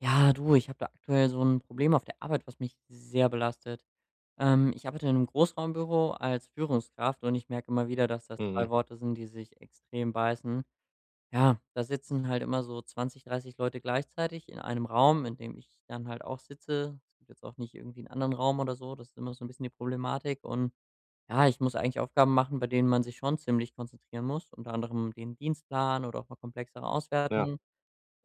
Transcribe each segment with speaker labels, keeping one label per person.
Speaker 1: Ja, du, ich habe da aktuell so ein Problem auf der Arbeit, was mich sehr belastet. Ich arbeite in einem Großraumbüro als Führungskraft und ich merke immer wieder, dass das 2
Speaker 2: Mhm.
Speaker 1: Worte sind, die sich extrem beißen. Ja, da sitzen halt immer so 20, 30 Leute gleichzeitig in einem Raum, in dem ich dann halt auch sitze. Es gibt jetzt auch nicht irgendwie einen anderen Raum oder so. Das ist immer so ein bisschen die Problematik, und ja, ich muss eigentlich Aufgaben machen, bei denen man sich schon ziemlich konzentrieren muss, unter anderem den Dienstplan oder auch mal komplexere
Speaker 2: Ja.
Speaker 1: Auswertungen.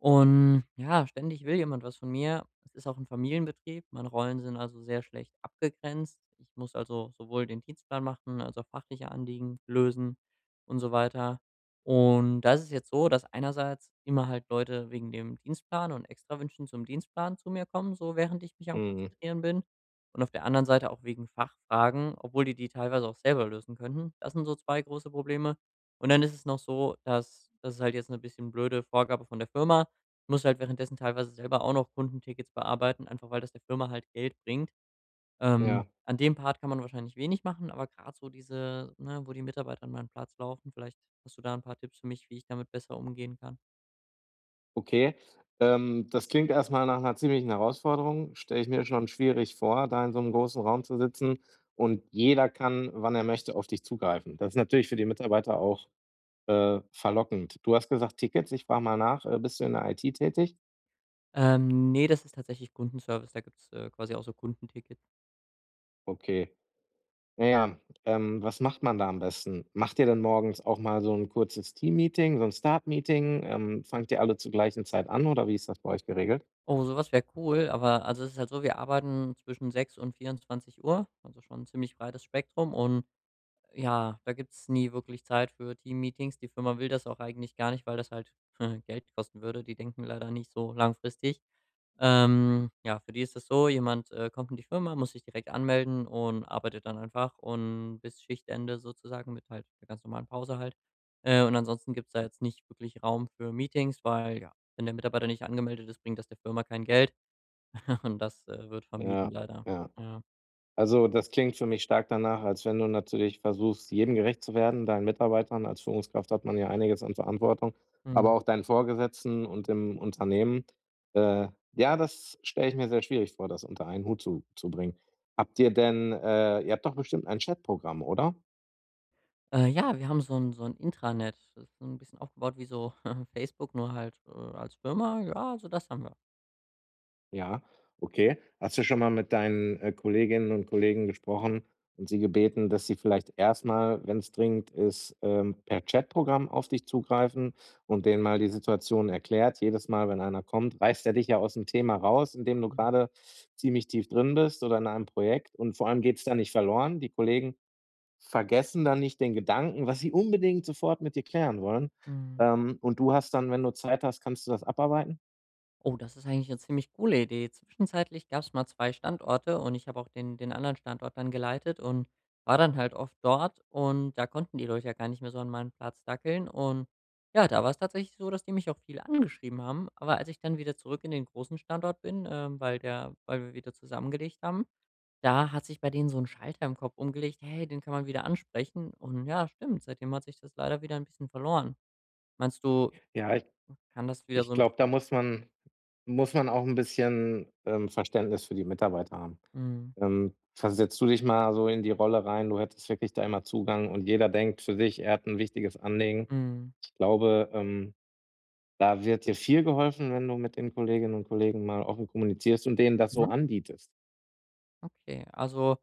Speaker 1: Und ja, ständig will jemand was von mir. Es ist auch ein Familienbetrieb. Meine Rollen sind also sehr schlecht abgegrenzt. Ich muss also sowohl den Dienstplan machen, als auch fachliche Anliegen lösen und so weiter. Und das ist jetzt so, dass einerseits immer halt Leute wegen dem Dienstplan und Extrawünschen zum Dienstplan zu mir kommen, so während ich mich am
Speaker 2: Mhm.
Speaker 1: Konzentrieren bin. Und auf der anderen Seite auch wegen Fachfragen, obwohl die teilweise auch selber lösen könnten. Das sind so 2 große Probleme. Und dann ist es noch so, dass das ist halt jetzt 'ne bisschen blöde Vorgabe von der Firma, muss halt währenddessen teilweise selber auch noch Kundentickets bearbeiten, einfach weil das der Firma halt Geld bringt.
Speaker 2: Ja.
Speaker 1: An dem Part kann man wahrscheinlich wenig machen, aber gerade so diese ne, wo die Mitarbeiter an meinen Platz laufen, vielleicht hast du da ein paar Tipps für mich, wie ich damit besser umgehen kann?
Speaker 2: Okay. Das klingt erstmal nach einer ziemlichen Herausforderung. Stelle ich mir schon schwierig vor, da in so einem großen Raum zu sitzen und jeder kann, wann er möchte, auf dich zugreifen. Das ist natürlich für die Mitarbeiter auch, verlockend. Du hast gesagt Tickets, ich frage mal nach, bist du in der IT tätig?
Speaker 1: Ne, das ist tatsächlich Kundenservice, da gibt's quasi auch so Kundentickets.
Speaker 2: Okay. Naja, was macht man da am besten? Macht ihr denn morgens auch mal so ein kurzes Team-Meeting, so 'n Start-Meeting? Fangt ihr alle zur gleichen Zeit an oder wie ist das bei euch geregelt?
Speaker 1: Oh, sowas was wäre cool, aber also, es ist halt so, wir arbeiten zwischen 6 und 24 Uhr, also schon 'n ziemlich breites Spektrum, und ja, da gibt's nie wirklich Zeit für Teammeetings. Die Firma will das auch eigentlich gar nicht, weil das halt Geld kosten würde. Die denken leider nicht so langfristig. Ja, für die ist das so, jemand kommt in die Firma, muss sich direkt anmelden und arbeitet dann einfach und bis Schichtende sozusagen mit halt 'ner ganz normalen Pause halt. Und ansonsten gibt's da jetzt nicht wirklich Raum für Meetings, weil ja, wenn der Mitarbeiter nicht angemeldet ist, bringt das der Firma kein Geld und das wird vermieden
Speaker 2: Ja,
Speaker 1: leider.
Speaker 2: ja.
Speaker 1: Ja.
Speaker 2: Also, das klingt für mich stark danach, als wenn du natürlich versuchst, jedem gerecht zu werden, deinen Mitarbeitern. Als Führungskraft hat man ja einiges an Verantwortung, aber
Speaker 1: Mhm.
Speaker 2: auch deinen Vorgesetzten und dem Unternehmen. Äh, ja, das stelle ich mir sehr schwierig vor, das unter einen Hut zu bringen. Habt ihr denn, ihr habt doch bestimmt ein Chatprogramm, oder?
Speaker 1: Ja, wir haben so ein Intranet. Das ist so ein bisschen aufgebaut wie so Facebook, nur halt als Firma. Ja, also das haben wir.
Speaker 2: Ja, okay. Hast du schon mal mit deinen, Kolleginnen und Kollegen gesprochen und sie gebeten, dass sie vielleicht erstmal, wenn es dringend ist, per Chatprogramm auf dich zugreifen und denen mal die Situation erklärt? Jedes Mal, wenn einer kommt, reißt er dich ja aus dem Thema raus, in dem du
Speaker 1: Mhm.
Speaker 2: gerade ziemlich tief drin bist oder in einem Projekt, und vor allem geht's da nicht verloren. Die Kollegen vergessen dann nicht den Gedanken, was sie unbedingt sofort mit dir klären wollen.
Speaker 1: Mhm.
Speaker 2: Und du hast dann, wenn du Zeit hast, kannst du das abarbeiten?
Speaker 1: Oh, das ist eigentlich eine ziemlich coole Idee. Zwischenzeitlich gab's mal 2 Standorte und ich habe auch den anderen Standort dann geleitet und war dann halt oft dort, und da konnten die Leute ja gar nicht mehr so an meinen Platz dackeln, und ja, da war es tatsächlich so, dass die mich auch viel angeschrieben haben. Aber als ich dann wieder zurück in den großen Standort bin, weil wir wieder zusammengelegt haben. Da hat sich bei denen so ein Schalter im Kopf umgelegt: „Hey, den kann man wieder ansprechen." Und ja, stimmt, seitdem hat sich das leider wieder ein bisschen verloren. Meinst du,
Speaker 2: Ja, ich
Speaker 1: kann das wieder
Speaker 2: ich
Speaker 1: so ein
Speaker 2: glaube, da
Speaker 1: bisschen.
Speaker 2: muss man auch ein bisschen, Verständnis für die Mitarbeiter haben.
Speaker 1: Mhm.
Speaker 2: Versetzt du dich mal so in die Rolle rein, du hättest wirklich da immer Zugang und jeder denkt für sich, er hat ein wichtiges Anliegen.
Speaker 1: Mhm.
Speaker 2: Ich glaube, da wird dir viel geholfen, wenn du mit den Kolleginnen und Kollegen mal offen kommunizierst und denen das so
Speaker 1: Mhm.
Speaker 2: anbietest.
Speaker 1: Okay. Also,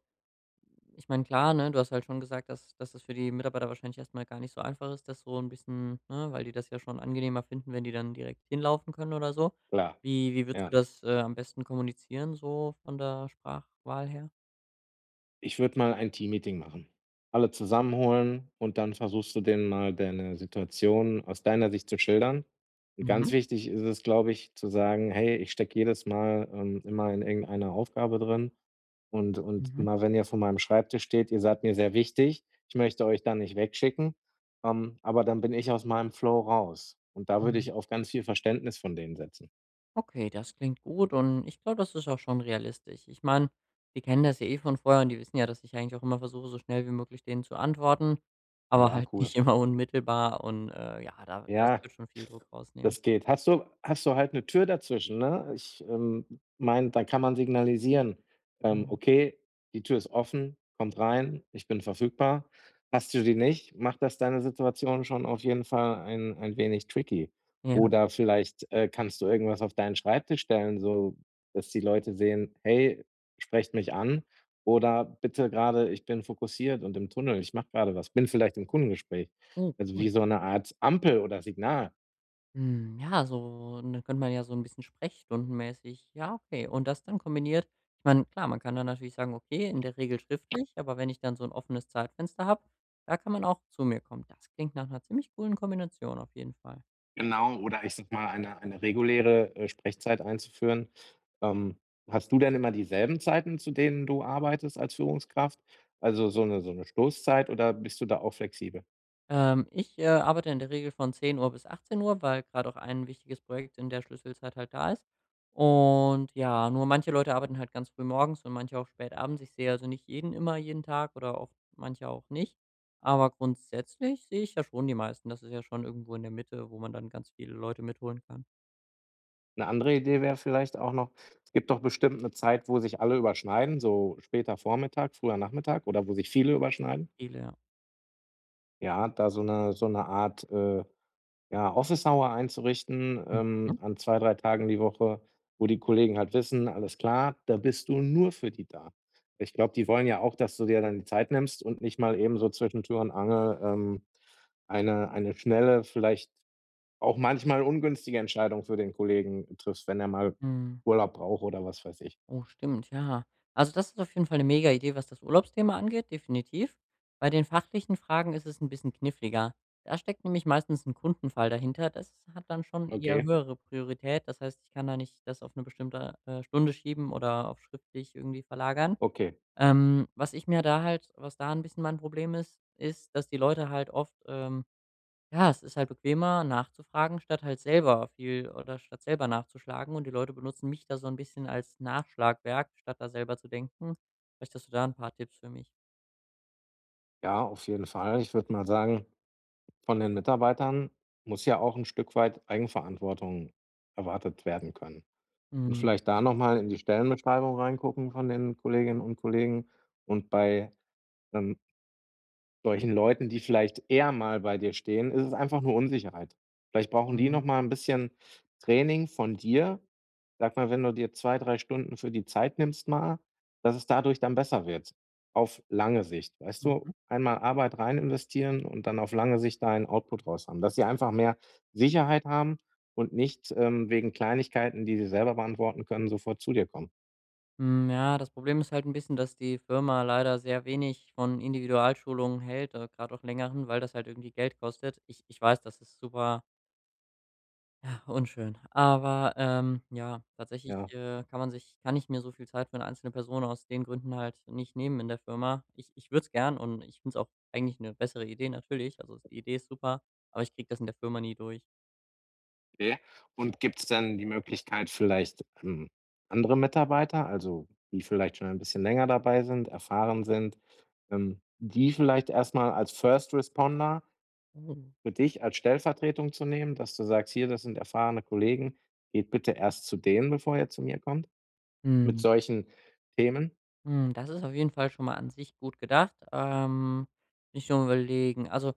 Speaker 1: ich meine, klar, ne, du hast halt schon gesagt, dass das für die Mitarbeiter wahrscheinlich erst mal gar nicht so einfach ist, das so ein bisschen ne, weil die das ja schon angenehmer finden, wenn die dann direkt hinlaufen können oder so.
Speaker 2: Klar,
Speaker 1: Wie würdest du
Speaker 2: ja.
Speaker 1: das am besten kommunizieren, so von der Sprachwahl her?
Speaker 2: Ich würde mal ein Team-Meeting machen. Alle zusammenholen und dann versuchst du denen mal deine Situation aus deiner Sicht zu schildern. Und
Speaker 1: Mhm.
Speaker 2: ganz wichtig ist es, glaube ich, zu sagen: „Hey, ich stecke jedes Mal, immer in irgendeiner Aufgabe drin, und
Speaker 1: Mhm.
Speaker 2: immer, wenn ihr vor meinem Schreibtisch steht, ihr seid mir sehr wichtig. Ich möchte euch da nicht wegschicken, aber dann bin ich aus meinem Flow raus.“ Und da würde
Speaker 1: Mhm.
Speaker 2: ich auf ganz viel Verständnis von denen setzen.
Speaker 1: Okay, das klingt gut, und ich glaube, das ist auch schon realistisch. Ich meine, die kennen das ja eh von vorher und die wissen ja, dass ich eigentlich auch immer versuche, so schnell wie möglich denen zu antworten, aber, mhm,
Speaker 2: Ja,
Speaker 1: halt nicht
Speaker 2: cool.
Speaker 1: immer unmittelbar, und ja, da, das
Speaker 2: Ja.
Speaker 1: wird schon viel Druck rausnehmen.
Speaker 2: Das geht. Hast du halt eine Tür dazwischen, ne? Ich, meine, da kann man signalisieren,
Speaker 1: Mhm.
Speaker 2: „Okay, die Tür ist offen, kommt rein, ich bin verfügbar.“ Hast du die nicht, macht das deine Situation schon auf jeden Fall ein wenig tricky.
Speaker 1: Ja,
Speaker 2: Oder vielleicht, kannst du irgendwas auf deinen Schreibtisch stellen, so dass die Leute sehen: „Hey, sprecht mich an“ oder „Bitte gerade, ich bin fokussiert und im Tunnel, ich mache gerade was, bin vielleicht im Kundengespräch.“
Speaker 1: oh,
Speaker 2: Also,
Speaker 1: cool.
Speaker 2: wie so eine Art Ampel oder Signal.
Speaker 1: Hm, ja, mhm. So, und dann könnte man ja so ein bisschen sprechstundenmäßig, ja, okay, und das dann kombiniert. Ich meine, klar, man kann dann natürlich sagen, okay, in der Regel schriftlich, aber wenn ich dann so ein offenes Zeitfenster habe, da kann man auch zu mir kommen. Das klingt nach einer ziemlich coolen Kombination auf jeden Fall.
Speaker 2: Genau, oder ich sag mal, eine reguläre, Sprechzeit einzuführen. Ähm, hast du denn immer dieselben Zeiten, zu denen du arbeitest als Führungskraft? Also, so eine Stoßzeit oder bist du da auch flexibel?
Speaker 1: Ich arbeite in der Regel von 10 Uhr bis 18 Uhr, weil gerade auch ein wichtiges Projekt in der Schlüsselzeit halt da ist. Und ja, nur manche Leute arbeiten halt ganz früh morgens und manche auch spät abends. Ich sehe also nicht jeden immer jeden Tag, oder oft manche auch nicht. Aber grundsätzlich sehe ich ja schon die meisten. Das ist ja schon irgendwo in der Mitte, wo man dann ganz viele Leute mitholen kann.
Speaker 2: Eine andere Idee wäre vielleicht auch noch, es gibt doch bestimmt eine Zeit, wo sich alle überschneiden, so später Vormittag, früher Nachmittag oder wo sich viele überschneiden.
Speaker 1: Viele, ja.
Speaker 2: Ja, da so eine Art, ja, Office Hour einzurichten,
Speaker 1: Mhm.
Speaker 2: an 2, 3 Tagen die Woche, wo die Kollegen halt wissen: „Alles klar, da bist du nur für die da.“ Ich glaube, die wollen ja auch, dass du dir dann die Zeit nimmst und nicht mal eben so zwischen Tür und Angel, eine schnelle, vielleicht auch manchmal ungünstige Entscheidung für den Kollegen triffst, wenn er mal
Speaker 1: Mhm.
Speaker 2: Urlaub braucht oder was weiß ich.
Speaker 1: Oh, stimmt, ja. Also das ist auf jeden Fall eine mega Idee, was das Urlaubsthema angeht, definitiv. Bei den fachlichen Fragen ist es ein bisschen kniffliger. Da steckt nämlich meistens ein Kundenfall dahinter. Das hat dann schon eher
Speaker 2: Okay,
Speaker 1: höhere Priorität. Das heißt, ich kann da nicht das auf eine bestimmte Stunde schieben oder auf schriftlich irgendwie verlagern.
Speaker 2: okay.
Speaker 1: Was ich mir da halt was da ein bisschen mein Problem ist, ist, dass die Leute halt oft, ja, es ist halt bequemer nachzufragen, statt halt selber viel oder statt selber nachzuschlagen. Und die Leute benutzen mich da so ein bisschen als Nachschlagwerk, statt da selber zu denken. Vielleicht hast du da ein paar Tipps für mich.
Speaker 2: Ja, auf jeden Fall. Ich würde mal sagen, von den Mitarbeitern muss ja auch ein Stück weit Eigenverantwortung erwartet werden können. Und
Speaker 1: Mhm.
Speaker 2: vielleicht da noch mal in die Stellenbeschreibung reingucken von den Kolleginnen und Kollegen und bei, ähm solchen Leuten, die vielleicht eher mal bei dir stehen, ist es einfach nur Unsicherheit. Vielleicht brauchen die noch
Speaker 1: Mhm.
Speaker 2: mal ein bisschen Training von dir. Sag mal, wenn du dir 2, 3 Stunden für die Zeit nimmst mal, dass es dadurch dann besser wird, auf lange Sicht, weißt du?
Speaker 1: Mhm.
Speaker 2: Einmal Arbeit rein investieren und dann auf lange Sicht da einen Output raus haben, dass sie einfach mehr Sicherheit haben und nicht, wegen Kleinigkeiten, die sie selber beantworten können, sofort zu dir kommen,
Speaker 1: Hm, ja, das Problem ist halt ein bisschen, dass die Firma leider sehr wenig von Individualschulungen hält, grad auch längeren, weil das halt irgendwie Geld kostet. Ich weiß, das ist super unschön. Aber, ja, tatsächlich,
Speaker 2: ja.
Speaker 1: kann man sich kann ich mir so viel Zeit für eine einzelne Person aus den Gründen halt nicht nehmen in der Firma. Ich würde es gern, und ich finde es auch eigentlich eine bessere Idee natürlich. Also, die Idee ist super, aber ich kriege das in der Firma nie durch.
Speaker 2: Okay. Und gibt es denn die Möglichkeit vielleicht, andere Mitarbeiter, also die vielleicht schon ein bisschen länger dabei sind, erfahren sind, die vielleicht erstmal als First Responder
Speaker 1: Oh.
Speaker 2: für dich als Stellvertretung zu nehmen, dass du sagst: „Hier, das sind erfahrene Kollegen, geht bitte erst zu denen, bevor ihr zu mir kommt?“ Mit
Speaker 1: Hm,
Speaker 2: solchen Themen?
Speaker 1: hm, das ist auf jeden Fall schon mal an sich gut gedacht. Bin ich schon Überlegen. Also,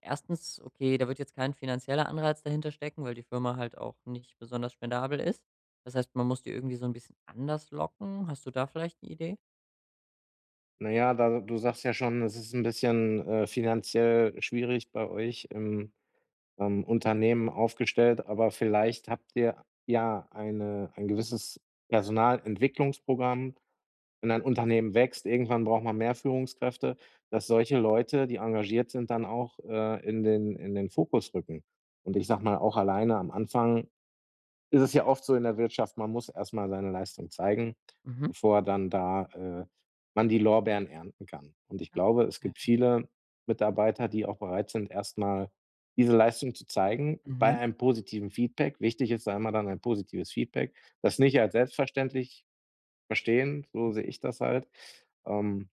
Speaker 1: erstens, okay, da wird jetzt kein finanzieller Anreiz dahinter stecken, weil die Firma halt auch nicht besonders spendabel ist. Das heißt, man muss die irgendwie so ein bisschen anders locken. Hast du da vielleicht eine Idee?
Speaker 2: Na ja, da du sagst ja schon, es ist ein bisschen, finanziell schwierig bei euch, Unternehmen aufgestellt, aber vielleicht habt ihr ja ein gewisses Personalentwicklungsprogramm. Wenn ein Unternehmen wächst, irgendwann braucht man mehr Führungskräfte, dass solche Leute, die engagiert sind, dann auch, in den Fokus rücken. Und ich sage mal, auch alleine am Anfang ist es ja oft so in der Wirtschaft, man muss erst mal seine Leistung zeigen,
Speaker 1: Mhm.
Speaker 2: bevor dann da, man die Lorbeeren ernten kann. Und ich
Speaker 1: Ja.
Speaker 2: glaube, es gibt
Speaker 1: Ja.
Speaker 2: viele Mitarbeiter, die auch bereit sind, erst mal diese Leistung zu zeigen bei
Speaker 1: Mhm.
Speaker 2: einem positiven Feedback. Wichtig ist da immer dann ein positives Feedback, das nicht als selbstverständlich verstehen, so sehe ich das halt. Ähm,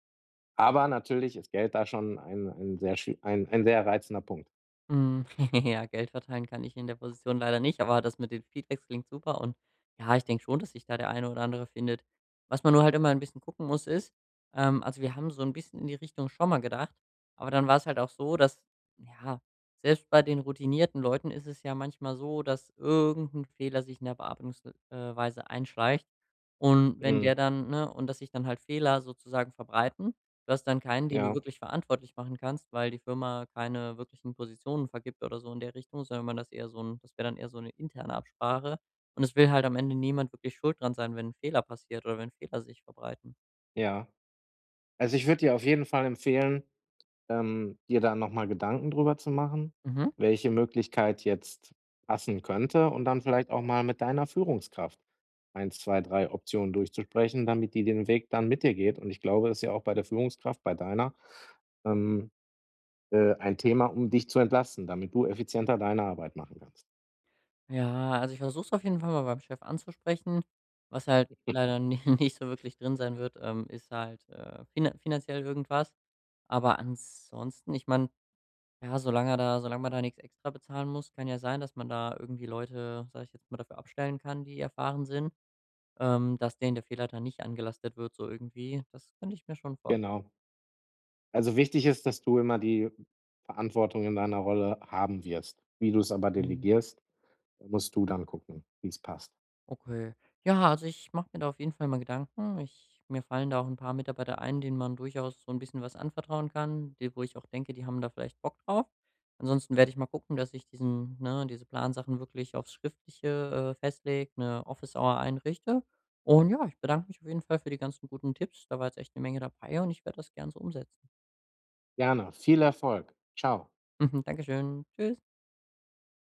Speaker 2: aber natürlich ist Geld da schon ein sehr schü ein sehr reizender Punkt.
Speaker 1: Hm, ja, Geld verteilen kann ich in der Position leider nicht, aber das mit den Feedbacks klingt super, und ja, ich denke schon, dass sich da der eine oder andere findet. Was man nur halt immer ein bisschen gucken muss, ist also, wir haben so ein bisschen in die Richtung schon mal gedacht, aber dann war es halt auch so, dass ja, selbst bei den routinierten Leuten ist es ja manchmal so, dass irgendein Fehler sich in der Bearbeitungsweise einschleicht und wenn der
Speaker 2: Mhm.
Speaker 1: dann ne, und dass sich dann halt Fehler sozusagen verbreiten. Du hast dann keinen, den du
Speaker 2: Ja,
Speaker 1: wirklich verantwortlich machen kannst, weil die Firma keine wirklichen Positionen vergibt oder so in der Richtung, sondern man das eher so ein, das wäre dann eher so eine interne Absprache. Und es will halt am Ende niemand wirklich schuld dran sein, wenn ein Fehler passiert oder wenn Fehler sich verbreiten.
Speaker 2: ja. Also, ich würde dir auf jeden Fall empfehlen, ähm, dir da nochmal Gedanken drüber zu machen,
Speaker 1: Mhm.
Speaker 2: welche Möglichkeit jetzt passen könnte, und dann vielleicht auch mal mit deiner Führungskraft eins, 2, 3 Optionen durchzusprechen, damit die den Weg dann mit dir geht. Und ich glaube, das ist ja auch bei der Führungskraft, bei deiner, ähm, ein Thema, um dich zu entlasten, damit du effizienter deine Arbeit machen kannst.
Speaker 1: Ja, also ich versuche es auf jeden Fall mal beim Chef anzusprechen. Was halt leider ni nicht so wirklich drin sein wird, ist halt, finanziell irgendwas. Aber ansonsten, ich meine, ja, solange er da solange man da nichts extra bezahlen muss, kann ja sein, dass man da irgendwie Leute, sag ich jetzt mal, dafür abstellen kann, die erfahren sind, dass denen der Fehler dann nicht angelastet wird so irgendwie. Das könnte ich mir schon
Speaker 2: Genau. Also wichtig ist, dass du immer die Verantwortung in deiner Rolle haben wirst. Wie du es aber
Speaker 1: vorstellen.
Speaker 2: delegierst, musst du dann gucken, wie es passt.
Speaker 1: Okay. Ja, also ich mache mir da auf jeden Fall mal Gedanken. Ich mir fallen da auch ein paar Mitarbeiter ein, denen man durchaus so ein bisschen was anvertrauen kann, die wo ich auch denke, die haben da vielleicht Bock drauf. Ansonsten werde ich mal gucken, dass ich diese Plansachen wirklich aufs Schriftliche, festlege, eine Office Hour einrichte. Und ja, ich bedanke mich auf jeden Fall für die ganzen guten Tipps. Da war jetzt echt eine Menge dabei, und ich werde das gern so umsetzen.
Speaker 2: Gerne. Viel Erfolg. Ciao.
Speaker 1: Dankeschön. Tschüss.